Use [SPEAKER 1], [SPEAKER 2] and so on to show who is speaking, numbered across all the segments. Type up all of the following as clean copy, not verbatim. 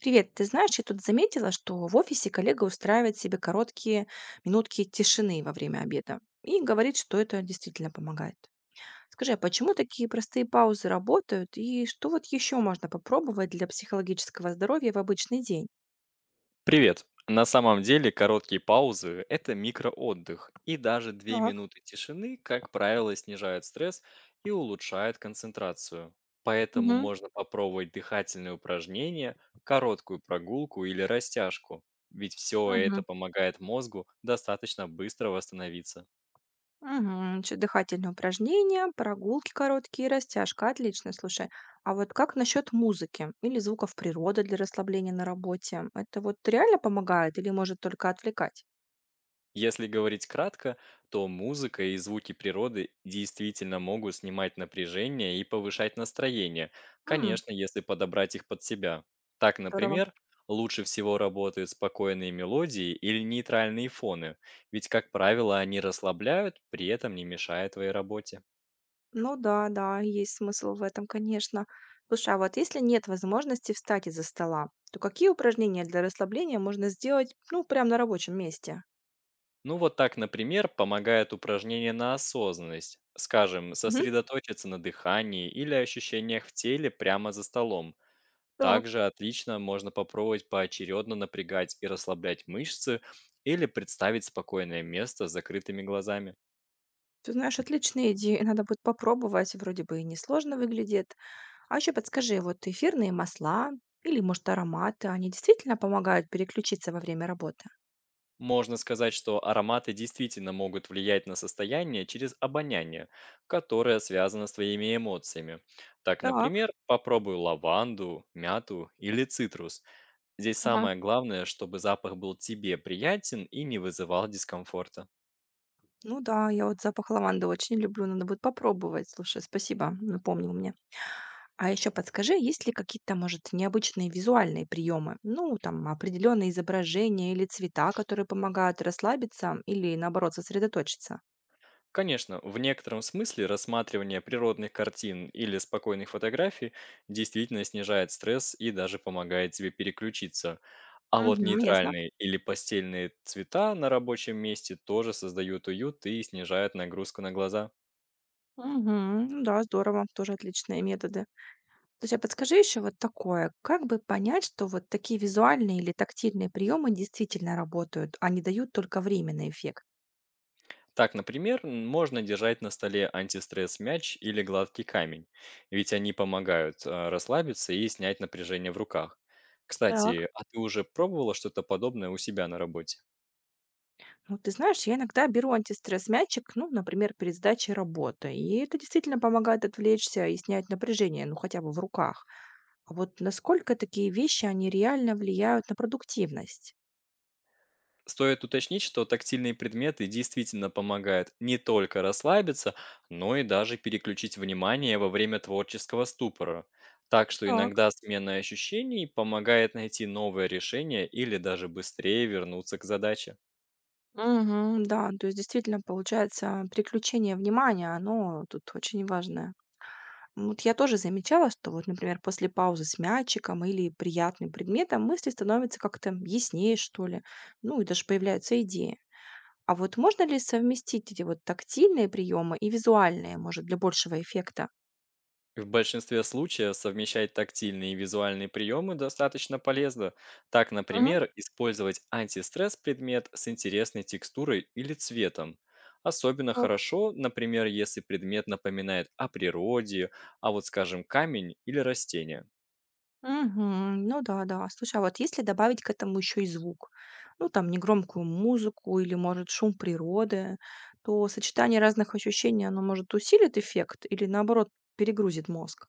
[SPEAKER 1] Привет, ты знаешь, я тут заметила, что в офисе коллега устраивает себе короткие минутки тишины во время обеда и говорит, что это действительно помогает. Скажи, а почему такие простые паузы работают и что вот еще можно попробовать для психологического здоровья в обычный день?
[SPEAKER 2] Привет! На самом деле короткие паузы– это микроотдых, и даже две
[SPEAKER 1] Так.
[SPEAKER 2] минуты тишины, как правило, снижают стресс и улучшают концентрацию. Поэтому
[SPEAKER 1] Мгм.
[SPEAKER 2] можно попробовать дыхательные упражнения, короткую прогулку или растяжку, ведь все это
[SPEAKER 1] Мгм.
[SPEAKER 2] помогает мозгу достаточно быстро восстановиться.
[SPEAKER 1] Угу, дыхательные упражнения, прогулки короткие, растяжка, отлично, слушай. А вот как насчет музыки или звуков природы для расслабления на работе? Это вот реально помогает или может только отвлекать?
[SPEAKER 2] Если говорить кратко, то музыка и звуки природы действительно могут снимать напряжение и повышать настроение, конечно, если подобрать их под себя. Так,
[SPEAKER 1] Здорово.
[SPEAKER 2] например, лучше всего работают спокойные мелодии или нейтральные фоны, ведь, как правило, они расслабляют, при этом не мешая твоей работе.
[SPEAKER 1] Ну да, да, есть смысл в этом, конечно. Слушай, а вот если нет возможности встать из-за стола, то какие упражнения для расслабления можно сделать, ну, прям на рабочем месте?
[SPEAKER 2] Ну вот так, например, помогает упражнение на осознанность, скажем,
[SPEAKER 1] Мгм.
[SPEAKER 2] сосредоточиться на дыхании или ощущениях в теле прямо за столом.
[SPEAKER 1] Так,
[SPEAKER 2] Также отлично можно попробовать поочередно напрягать и расслаблять мышцы или представить спокойное место с закрытыми глазами.
[SPEAKER 1] ты знаешь, отличная идея. Надо будет попробовать, вроде бы и несложно выглядит. А еще подскажи, вот эфирные масла или, может, ароматы, они действительно помогают переключиться во время работы?
[SPEAKER 2] Можно сказать, что ароматы действительно могут влиять на состояние через обоняние, которое связано с твоими эмоциями. Так,
[SPEAKER 1] Так.
[SPEAKER 2] например, попробуй лаванду, мяту или цитрус. Здесь
[SPEAKER 1] Ага.
[SPEAKER 2] самое главное, чтобы запах был тебе приятен и не вызывал дискомфорта.
[SPEAKER 1] Ну да, я вот запах лаванды очень люблю, надо будет попробовать. Слушай, спасибо, напомнил мне. А еще подскажи, есть ли какие-то, может, необычные визуальные приемы? Ну, там, определенные изображения или цвета, которые помогают расслабиться или, наоборот, сосредоточиться?
[SPEAKER 2] Конечно, в некотором смысле рассматривание природных картин или спокойных фотографий действительно снижает стресс и даже помогает тебе переключиться. А вот
[SPEAKER 1] Мгм, ясно.
[SPEAKER 2] нейтральные или постельные цвета на рабочем месте тоже создают уют и снижают нагрузку на глаза.
[SPEAKER 1] Мгм, да, здорово, тоже отличные методы. Слушай, а подскажи еще вот такое, как бы понять, что вот такие визуальные или тактильные приемы действительно работают, а не дают только временный эффект?
[SPEAKER 2] Так, например, можно держать на столе антистресс мяч или гладкий камень, ведь они помогают расслабиться и снять напряжение в руках.
[SPEAKER 1] Так.
[SPEAKER 2] Кстати, а ты уже пробовала что-то подобное у себя на работе?
[SPEAKER 1] Ну, ты знаешь, я иногда беру антистресс-мячик, ну, например, перед сдачей работы. И это действительно помогает отвлечься и снять напряжение, ну, хотя бы в руках. А вот насколько такие вещи, они реально влияют на продуктивность?
[SPEAKER 2] Стоит уточнить, что тактильные предметы действительно помогают не только расслабиться, но и даже переключить внимание во время творческого ступора. Так что
[SPEAKER 1] Так.
[SPEAKER 2] иногда смена ощущений помогает найти новое решение или даже быстрее вернуться к задаче.
[SPEAKER 1] Мгм, да, то есть действительно получается приключение внимания, оно тут очень важное. Вот я тоже замечала, что вот, например, после паузы с мячиком или приятным предметом мысли становятся как-то яснее, что ли. Ну и даже появляются идеи. А вот можно ли совместить эти вот тактильные приемы и визуальные, может, для большего эффекта?
[SPEAKER 2] В большинстве случаев совмещать тактильные и визуальные приемы достаточно полезно. Так,
[SPEAKER 1] Мгм.
[SPEAKER 2] например, использовать антистресс предмет с интересной текстурой или цветом. Особенно
[SPEAKER 1] Так.
[SPEAKER 2] хорошо, например, если предмет напоминает о природе, а вот, скажем, камень или растение.
[SPEAKER 1] Мгм. Ну да, да. Слушай, а вот если добавить к этому еще и звук, ну там негромкую музыку или, может, шум природы, то сочетание разных ощущений, оно может усилит эффект или наоборот перегрузит мозг?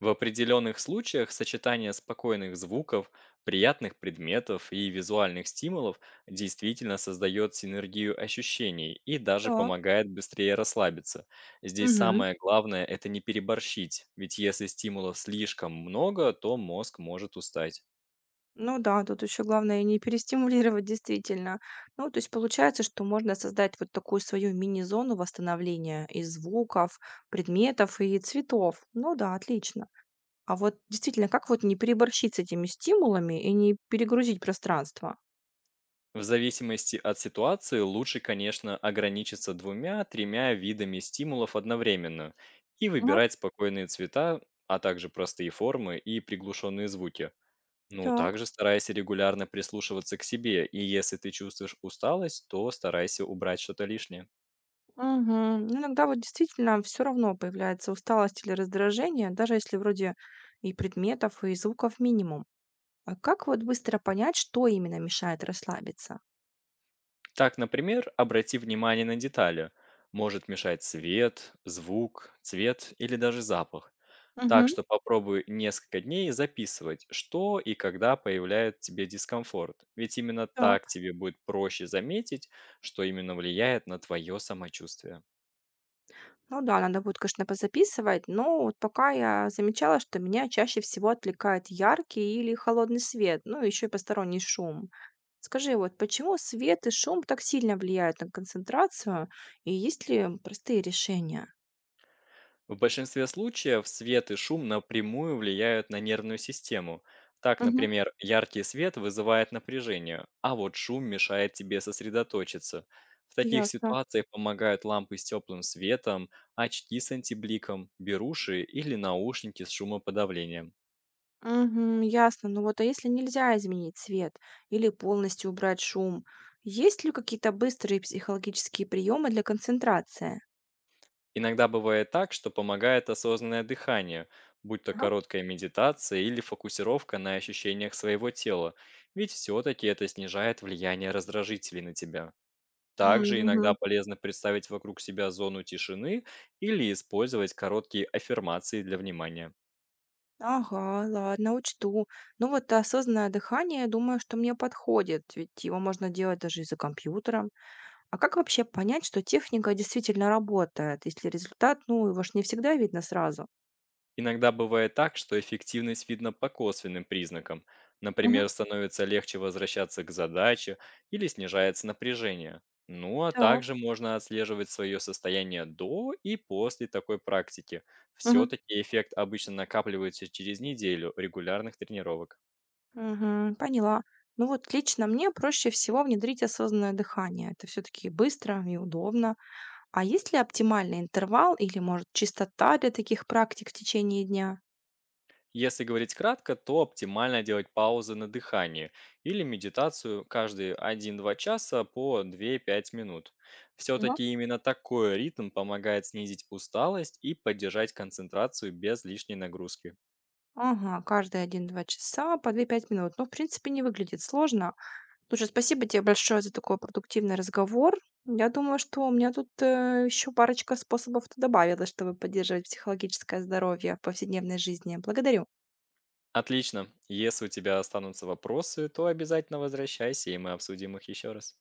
[SPEAKER 2] В определенных случаях сочетание спокойных звуков, приятных предметов и визуальных стимулов действительно создает синергию ощущений и даже
[SPEAKER 1] Так.
[SPEAKER 2] помогает быстрее расслабиться. Здесь самое главное– это не переборщить, ведь если стимулов слишком много, то мозг может устать.
[SPEAKER 1] Ну да, тут еще главное не перестимулировать действительно. Ну, то есть получается, что можно создать вот такую свою мини-зону восстановления из звуков, предметов и цветов. Ну да, отлично. А вот действительно, как вот не переборщить с этими стимулами и не перегрузить пространство?
[SPEAKER 2] В зависимости от ситуации лучше, конечно, ограничиться двумя-тремя видами стимулов одновременно и
[SPEAKER 1] Ага,
[SPEAKER 2] выбирать спокойные цвета, а также простые формы и приглушенные звуки. Ну,
[SPEAKER 1] так.
[SPEAKER 2] также старайся регулярно прислушиваться к себе, и если ты чувствуешь усталость, то старайся убрать что-то лишнее.
[SPEAKER 1] Мгм. Ну, иногда вот действительно все равно появляется усталость или раздражение, даже если вроде и предметов, и звуков минимум. А как вот быстро понять, что именно мешает расслабиться?
[SPEAKER 2] Так, например, обрати внимание на детали. Может мешать свет, звук, цвет или даже запах.
[SPEAKER 1] Мгм.
[SPEAKER 2] Так что попробуй несколько дней записывать, что и когда появляет тебе дискомфорт. Ведь именно так
[SPEAKER 1] Так.
[SPEAKER 2] тебе будет проще заметить, что именно влияет на твое самочувствие.
[SPEAKER 1] Ну да, надо будет, конечно, позаписывать, но вот пока я замечала, что меня чаще всего отвлекает яркий или холодный свет, ну еще и посторонний шум. Скажи, вот почему свет и шум так сильно влияют на концентрацию, и есть ли простые решения?
[SPEAKER 2] В большинстве случаев свет и шум напрямую влияют на нервную систему. Так,
[SPEAKER 1] Мгм.
[SPEAKER 2] например, яркий свет вызывает напряжение, а вот шум мешает тебе сосредоточиться. В таких
[SPEAKER 1] Ясно.
[SPEAKER 2] ситуациях помогают лампы с теплым светом, очки с антибликом, беруши или наушники с шумоподавлением.
[SPEAKER 1] Мгм, ясно. Ну вот, а если нельзя изменить цвет или полностью убрать шум, есть ли какие-то быстрые психологические приемы для концентрации?
[SPEAKER 2] Иногда бывает так, что помогает осознанное дыхание, будь то
[SPEAKER 1] Ага.
[SPEAKER 2] короткая медитация или фокусировка на ощущениях своего тела, ведь все-таки это снижает влияние раздражителей на тебя. Также
[SPEAKER 1] Мгм.
[SPEAKER 2] иногда полезно представить вокруг себя зону тишины или использовать короткие аффирмации для внимания.
[SPEAKER 1] Ага, ладно, учту. Ну вот осознанное дыхание, думаю, что мне подходит, ведь его можно делать даже и за компьютером. А как вообще понять, что техника действительно работает, если результат, ну, его ж не всегда видно сразу?
[SPEAKER 2] Иногда бывает так, что эффективность видна по косвенным признакам.
[SPEAKER 1] Мгм.
[SPEAKER 2] Например, становится легче возвращаться к задаче или снижается напряжение. Ну а
[SPEAKER 1] Так,
[SPEAKER 2] также можно отслеживать свое состояние до и после такой практики.
[SPEAKER 1] мгм.
[SPEAKER 2] Все-таки эффект обычно накапливается через неделю регулярных тренировок.
[SPEAKER 1] Мгм, поняла. Ну вот лично мне проще всего внедрить осознанное дыхание. Это все-таки быстро и удобно. А есть ли оптимальный интервал или, может, частота для таких практик в течение дня?
[SPEAKER 2] Если говорить кратко, то оптимально делать паузы на дыхании или медитацию каждые 1-2 часа по 2-5 минут. Все-таки именно такой ритм помогает снизить усталость и поддержать концентрацию без лишней нагрузки.
[SPEAKER 1] Ага, каждые 1-2 часа по 2-5 минут. Ну, в принципе, не выглядит сложно. Слушай, спасибо тебе большое за такой продуктивный разговор. Я думаю, что у меня тут еще парочка способов-то добавилось, чтобы поддерживать психологическое здоровье в повседневной жизни. Благодарю.
[SPEAKER 2] Отлично. Если у тебя останутся вопросы, то обязательно возвращайся, и мы обсудим их еще раз.